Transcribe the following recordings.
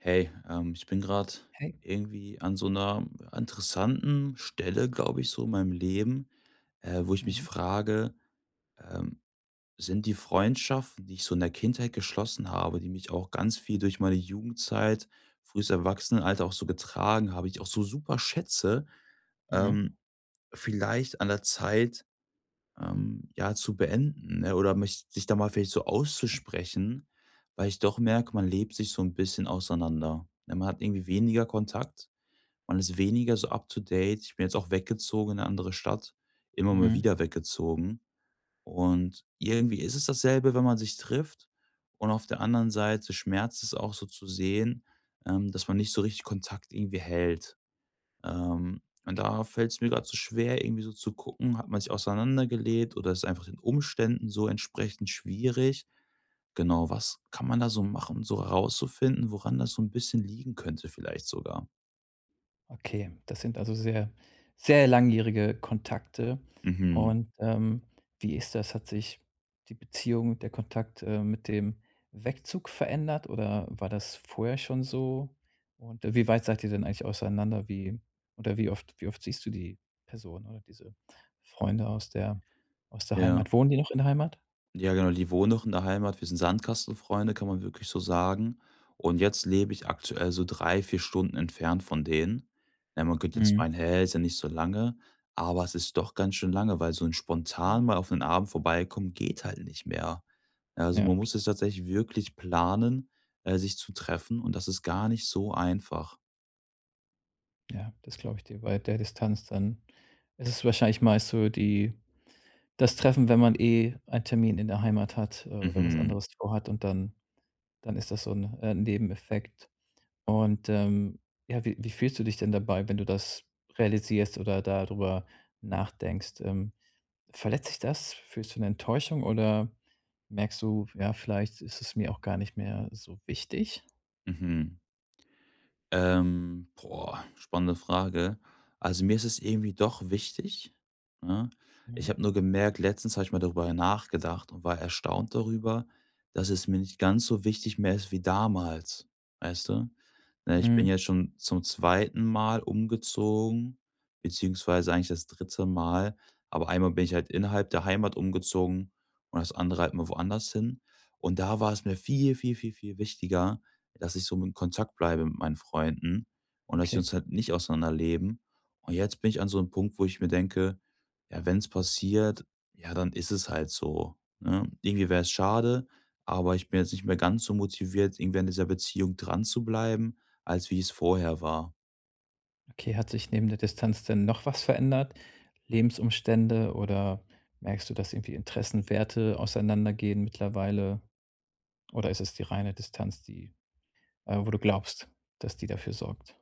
Hey, ich bin gerade Hey. irgendwie an so einer interessanten Stelle, glaube ich, so in meinem Leben, wo ich mich Mhm. frage, ähm, sind die Freundschaften, die ich so in der Kindheit geschlossen habe, die mich auch ganz viel durch meine Jugendzeit, frühes Erwachsenenalter auch so getragen habe, die ich auch so super schätze, Mhm. ähm, vielleicht an der Zeit, ja, zu beenden, ne? Oder mich sich da mal vielleicht so Okay. auszusprechen, weil ich doch merke, man lebt sich so ein bisschen auseinander, ne? Man hat irgendwie weniger Kontakt, man ist weniger so up to date. Ich bin jetzt auch weggezogen in eine andere Stadt, immer mal Mhm. wieder weggezogen. Und irgendwie ist es dasselbe, wenn man sich trifft. Und auf der anderen Seite schmerzt es auch so zu sehen, dass man nicht so richtig Kontakt irgendwie hält. Ähm, und da fällt es mir gerade so schwer, irgendwie so zu gucken, hat man sich auseinandergelebt oder ist einfach den Umständen so entsprechend schwierig? Genau, was kann man da so machen, um so herauszufinden, woran das so ein bisschen liegen könnte vielleicht sogar? Okay, das sind also sehr, sehr langjährige Kontakte. Mhm. Und, wie ist das? Hat sich die Beziehung, der Kontakt, mit dem Wegzug verändert oder war das vorher schon so? Und, wie weit seid ihr denn eigentlich auseinander? Wie oder wie oft siehst du die Person oder diese Freunde aus der Ja. Heimat? Wohnen die noch in der Heimat? Ja, genau, die wohnen noch in der Heimat. Wir sind Sandkastenfreunde, kann man wirklich so sagen. Und jetzt lebe ich aktuell so 3, 4 Stunden entfernt von denen. Ja, man könnte jetzt Mhm. meinen: „Hä, ist ja nicht so lange“, aber es ist doch ganz schön lange, weil so ein Ja. spontan mal auf einen Abend vorbeikommen geht halt nicht mehr. Also, Ja. man muss es tatsächlich wirklich planen, sich zu treffen und das ist gar nicht so einfach. Ja, das glaube ich dir bei der Distanz dann. Es ist wahrscheinlich meist so die das Treffen, wenn man eh einen Termin in der Heimat hat, oder was Mhm, anderes vorhat, und dann ist das so ein Nebeneffekt. Und, ja, wie fühlst du dich denn dabei, wenn du das realisierst oder darüber nachdenkst? Verletzt dich das? Fühlst du eine Enttäuschung oder merkst du: „Ja, vielleicht ist es mir auch gar nicht mehr so wichtig?“ mhm. Boah, spannende Frage. Also, mir ist es irgendwie doch wichtig, ne? Ich Mhm. habe nur gemerkt, letztens habe ich mal darüber nachgedacht und war erstaunt darüber, dass es mir nicht ganz so wichtig mehr ist wie damals, weißt du? Ne, ich bin Mhm, jetzt schon zum zweiten Mal umgezogen, beziehungsweise eigentlich das dritte Mal, aber einmal bin ich halt innerhalb der Heimat umgezogen und das andere halt mal woanders hin. Und da war es mir viel, viel, viel, viel wichtiger, dass ich so in Kontakt bleibe mit meinen Freunden und dass wir okay. uns halt nicht auseinanderleben. Und jetzt bin ich an so einem Punkt, wo ich mir denke: „Ja, wenn es passiert, ja, dann ist es halt so“, ne? Irgendwie wäre es schade, aber ich bin jetzt nicht mehr ganz so motiviert, irgendwie an dieser Beziehung dran zu bleiben, als wie es vorher war. Okay, hat sich neben der Distanz denn noch was verändert? Lebensumstände? Oder merkst du, dass irgendwie Interessen, Werte auseinandergehen mittlerweile? Oder ist es die reine Distanz, die, wo du glaubst, dass die dafür sorgt?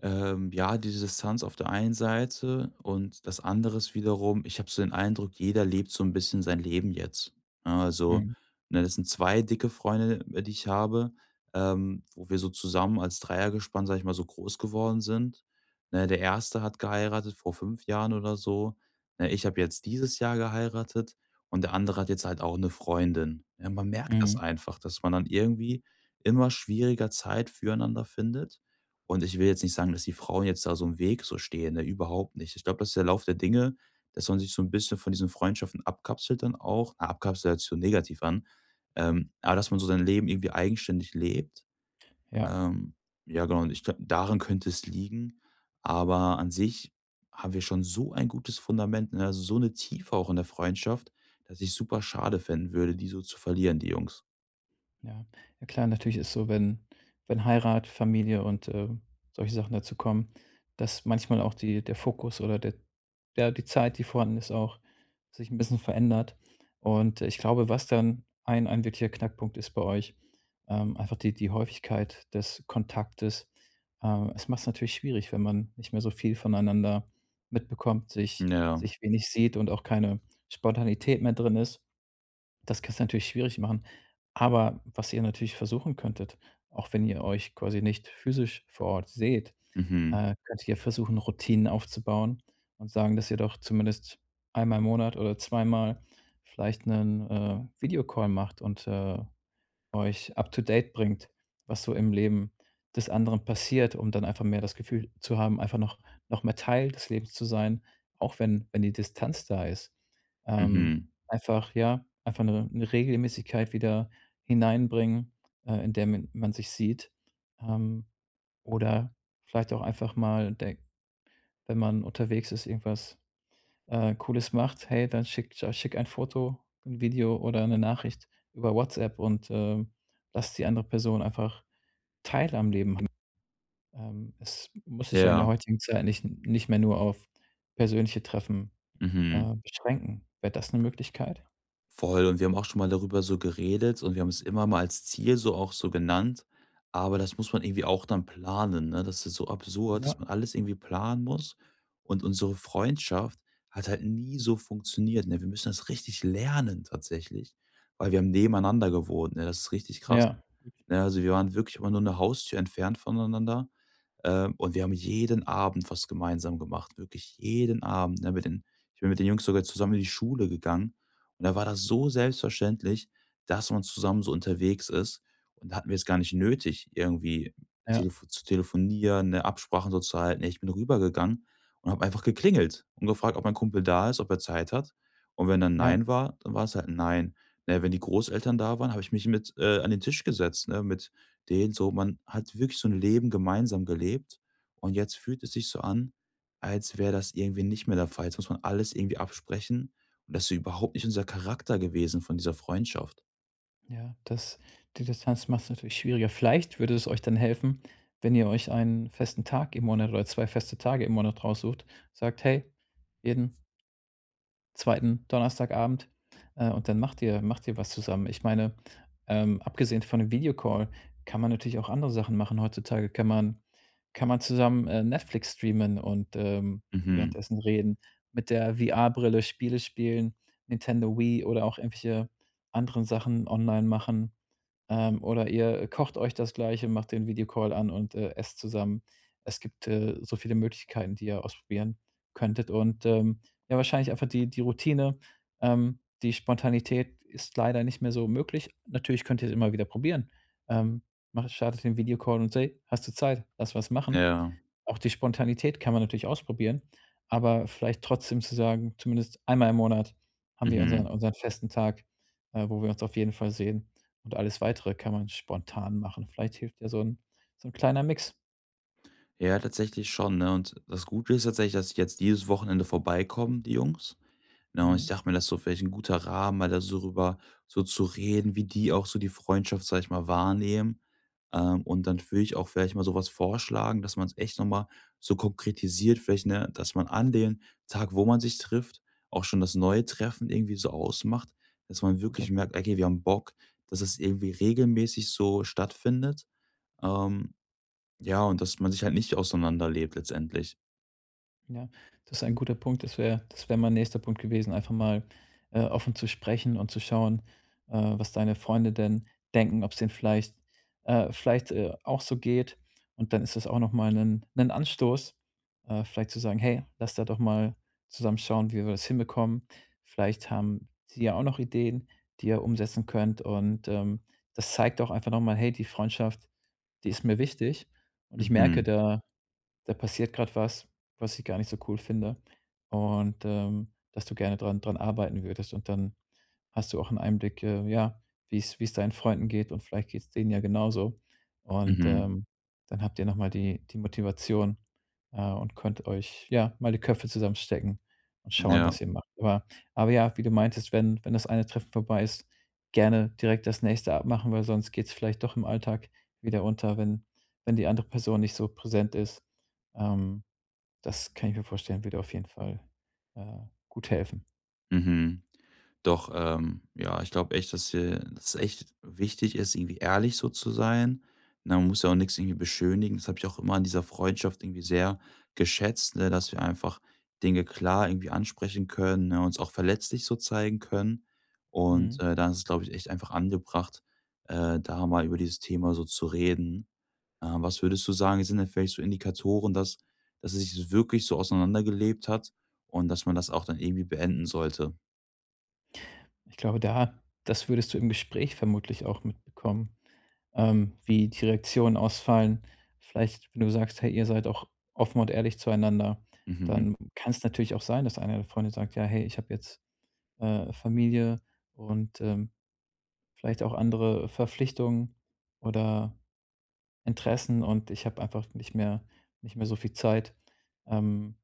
Ja, die Distanz auf der einen Seite und das andere ist wiederum, ich habe so den Eindruck, jeder lebt so ein bisschen sein Leben jetzt. Ja, also, Mhm. ne, das sind 2 dicke Freunde, die ich habe, wo wir so zusammen als Dreiergespann, sag ich mal, so groß geworden sind. Ne, der erste hat geheiratet vor 5 Jahren oder so. Ne, ich habe jetzt dieses Jahr geheiratet und der andere hat jetzt halt auch eine Freundin. Ja, man merkt das Mhm. einfach, dass man dann irgendwie immer schwieriger Zeit füreinander findet. Und ich will jetzt nicht sagen, dass die Frauen jetzt da so im Weg so stehen, ne, überhaupt nicht. Ich glaube, das ist der Lauf der Dinge, dass man sich so ein bisschen von diesen Freundschaften abkapselt dann auch. Na, abkapseln hört sich so negativ an, aber dass man so sein Leben irgendwie eigenständig lebt. Ja. Ähm, ja, genau, und ich glaube, daran könnte es liegen, aber an sich haben wir schon so ein gutes Fundament, ne, also so eine Tiefe auch in der Freundschaft, dass ich super schade finden würde, die so zu verlieren, die Jungs. Ja. Ja klar, natürlich ist so, wenn Heirat, Familie und, solche Sachen dazu kommen, dass manchmal auch die der Fokus oder der ja, die Zeit, die vorhanden ist, auch sich ein bisschen verändert. Und ich glaube, was dann ein wirklicher Knackpunkt ist bei euch, einfach die Häufigkeit des Kontaktes. Es macht's natürlich schwierig, wenn man nicht mehr so viel voneinander mitbekommt, sich Ja. sich wenig sieht und auch keine Spontanität mehr drin ist. Das kannst du natürlich schwierig machen. Aber was ihr natürlich versuchen könntet, auch wenn ihr euch quasi nicht physisch vor Ort seht, Mhm. Könnt ihr versuchen, Routinen aufzubauen und sagen, dass ihr doch zumindest einmal im Monat oder zweimal vielleicht einen Videocall macht und, euch up to date bringt, was so im Leben des anderen passiert, um dann einfach mehr das Gefühl zu haben, einfach noch mehr Teil des Lebens zu sein, auch wenn die Distanz da ist. Ähm, Mhm. Einfach ja, einfach eine 'ne Regelmäßigkeit wieder hineinbringen, in der man sich sieht. Ähm, oder vielleicht auch einfach mal, de wenn man unterwegs ist, irgendwas Cooles macht, hey, dann schick ein Foto, ein Video oder eine Nachricht über WhatsApp und, lass die andere Person einfach teil am Leben haben. Es muss sich ja in der Ja. heutigen Zeit nicht mehr nur auf persönliche Treffen, Mhm. Beschränken. Wäre das eine Möglichkeit? Voll, und wir haben auch schon mal darüber so geredet und wir haben es immer mal als Ziel so auch so genannt, aber das muss man irgendwie auch dann planen, ne? Das ist so absurd, dass Ja, man alles irgendwie planen muss und unsere Freundschaft hat halt nie so funktioniert, ne? Wir müssen das richtig lernen tatsächlich, weil wir haben nebeneinander gewohnt, ne? Das ist richtig krass, ja, ne? Also, wir waren wirklich immer nur eine Haustür entfernt voneinander, und wir haben jeden Abend was gemeinsam gemacht, wirklich jeden Abend, ne, mit den, ich bin mit den Jungs sogar zusammen in die Schule gegangen und da war das so selbstverständlich, dass man zusammen so unterwegs ist und da hatten wir es gar nicht nötig, irgendwie ja, telefo zu telefonieren, ne, Absprachen so zu halten. Ich bin rübergegangen und habe einfach geklingelt und gefragt, ob mein Kumpel da ist, ob er Zeit hat. Und wenn dann ja, nein war, dann war es halt ein nein. Ne, wenn die Großeltern da waren, habe ich mich mit, an den Tisch gesetzt, ne, mit denen, so, man hat wirklich so ein Leben gemeinsam gelebt und jetzt fühlt es sich so an, als wäre das irgendwie nicht mehr der Fall. Jetzt muss man alles irgendwie absprechen und das ist überhaupt nicht unser Charakter gewesen von dieser Freundschaft. ja. Das die Distanz macht's natürlich schwieriger. Vielleicht würde es euch dann helfen, wenn ihr euch einen festen Tag im Monat oder 2 feste Tage im Monat raussucht. Sagt: „Hey, jeden zweiten Donnerstagabend, und dann macht ihr was zusammen. Ich meine, abgesehen von 'nem Videocall kann man natürlich auch andere Sachen machen. Heutzutage kann man zusammen, Netflix streamen und, Mhm, währenddessen reden, mit der VR-Brille Spiele spielen, Nintendo Wii oder auch irgendwelche anderen Sachen online machen. Oder ihr kocht euch das Gleiche, macht den Videocall an und, esst zusammen. Es gibt, so viele Möglichkeiten, die ihr ausprobieren könntet und, ja, wahrscheinlich einfach die Routine, die Spontanität ist leider nicht mehr so möglich. Natürlich könnt ihr es immer wieder probieren. Ähm, macht startet den Videocall und: „Hey, hast du Zeit? Lass was machen.“ ja, Auch die Spontanität kann man natürlich ausprobieren, aber vielleicht trotzdem zu sagen, zumindest einmal im Monat haben wir unseren mhm. unseren festen Tag, wo wir uns auf jeden Fall sehen. Und alles Weitere kann man spontan machen. Vielleicht hilft ja so 'n kleiner Mix. Ja, tatsächlich schon, ne? Und das Gute ist tatsächlich, dass ich jetzt dieses Wochenende vorbeikommen, die Jungs. Ne, und ich Mhm, dachte mir, das ist so vielleicht ein guter Rahmen, mal da so drüber so zu reden, wie die auch so die Freundschaft, sage ich mal, wahrnehmen. Und dann würde ich auch vielleicht mal so was vorschlagen, dass man es echt noch mal so konkretisiert, vielleicht, ne, dass man an den Tag, wo man sich trifft, auch schon das neue Treffen irgendwie so ausmacht, dass man guter wirklich merkt: Punkt. „Okay, wir haben Bock“, dass es irgendwie regelmäßig so stattfindet. Ähm, ja, und dass man sich halt nicht auseinanderlebt letztendlich. Ja, das ist ein guter Punkt. Das wäre mein nächster Punkt gewesen, einfach mal, offen zu sprechen und zu schauen, was deine Freunde denn denken, ob es denen vielleicht auch so geht. Und dann ist das auch noch mal ein 'nen Anstoß, vielleicht zu sagen: „Hey, lass da doch mal zusammen schauen, wie wir das hinbekommen.“ Vielleicht haben sie ja auch noch Ideen, die ihr umsetzen könnt. Und, das zeigt auch einfach noch mal: „Hey, die Freundschaft, die ist mir wichtig und ich merke, Mhm, da passiert gerade was, was ich gar nicht so cool finde und, dass du gerne dran arbeiten würdest. Und dann hast du auch 'n Einblick, ja, wie es deinen Freunden geht und vielleicht geht es denen ja genauso. Und, mhm, dann habt ihr noch mal die Motivation, und könnt euch, ja, mal die Köpfe zusammenstecken und schauen, ja, was ihr macht. Ja, wie du meintest, wenn das eine Treffen vorbei ist, gerne direkt das nächste abmachen, weil sonst geht es vielleicht doch im Alltag wieder unter, wenn die andere Person nicht so präsent ist. Ähm, Das kann ich mir vorstellen, würde auf jeden Fall, äh, gut helfen. mhm. Doch, ja, ich glaube echt, dass es echt wichtig ist, irgendwie ehrlich so zu sein. Ne, man muss ja auch nichts irgendwie beschönigen. Das habe ich auch immer an dieser Freundschaft irgendwie sehr geschätzt, ne, dass wir einfach Dinge klar irgendwie ansprechen können, ne, uns auch verletzlich so zeigen können. Und, Mhm. Da ist es, glaube ich, echt einfach angebracht, da mal über dieses Thema so zu reden. Was würdest du sagen, sind denn vielleicht so Indikatoren, dass es sich wirklich so auseinandergelebt hat und dass man das auch dann irgendwie beenden sollte? Ich glaube, da das würdest du im Gespräch vermutlich auch mitbekommen, wie die Reaktionen ausfallen. Vielleicht, wenn du sagst: „Hey, ihr seid auch offen und ehrlich zueinander“, Mhm. dann kann es natürlich auch sein, dass einer der Freunde sagt: „Ja, hey, ich habe jetzt, Familie und, vielleicht auch andere Verpflichtungen oder Interessen und ich habe einfach nicht mehr so viel Zeit“, ähm,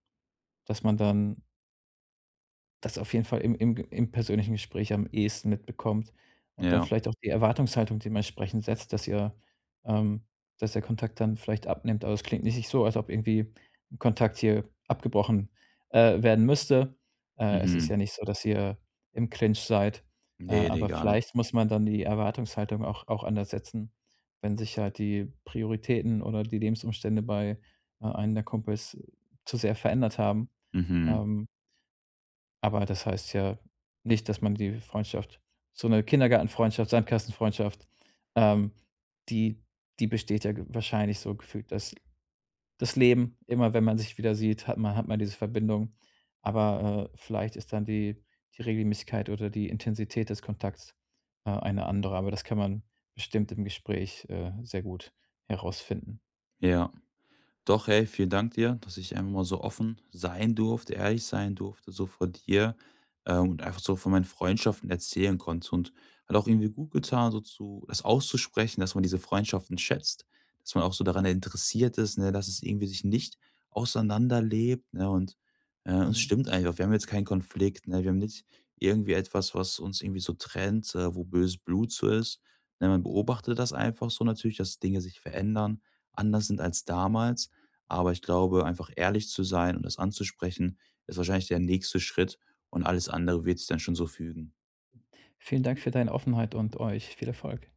dass man dann das auf jeden Fall im im persönlichen Gespräch am ehesten mitbekommt und dann Ja. vielleicht auch die Erwartungshaltung dementsprechend setzt, dass ihr ähm, dass der Kontakt dann vielleicht abnimmt. Aber es klingt nicht so, als ob irgendwie 'n Kontakt hier abgebrochen, werden müsste. Es ist ja Mhm. nicht so, dass ihr im Clinch seid, Ne, ne, aber gar nicht. vielleicht muss man dann die Erwartungshaltung auch anders setzen, wenn sich halt die Prioritäten oder die Lebensumstände bei, einem der Kumpels zu sehr verändert haben. Mhm. Ähm aber das heißt ja nicht, dass man die Freundschaft, so eine Kindergartenfreundschaft, Sandkastenfreundschaft, ähm, die die besteht ja ge wahrscheinlich so gefühlt dass das Leben. Immer wenn man sich wieder sieht, hat man diese Verbindung. Aber, vielleicht ist dann die Regelmäßigkeit oder die Intensität des Kontakts, eine andere, aber das kann man bestimmt im Gespräch, sehr gut herausfinden. Ja. Doch, hey, vielen Dank dir, dass ich einfach mal so offen sein durfte, ehrlich sein durfte, so vor dir, und einfach so von meinen Freundschaften erzählen konnte. Und hat auch irgendwie gut getan, das auszusprechen, dass man diese Freundschaften schätzt, dass man auch so daran interessiert ist, ne, dass es irgendwie sich nicht auseinanderlebt. Ne, und es Mhm. stimmt einfach, wir haben jetzt keinen Konflikt, ne, wir haben nicht irgendwie etwas, was uns irgendwie so trennt, wo böses Blut so ist. Ne, man beobachtet das einfach so natürlich, dass Dinge sich verändern, anders sind als damals. Aber ich glaube, einfach ehrlich zu sein und das anzusprechen, ist wahrscheinlich der nächste Schritt und alles andere wird sich dann schon so fügen. Vielen Dank für deine Offenheit und euch viel Erfolg.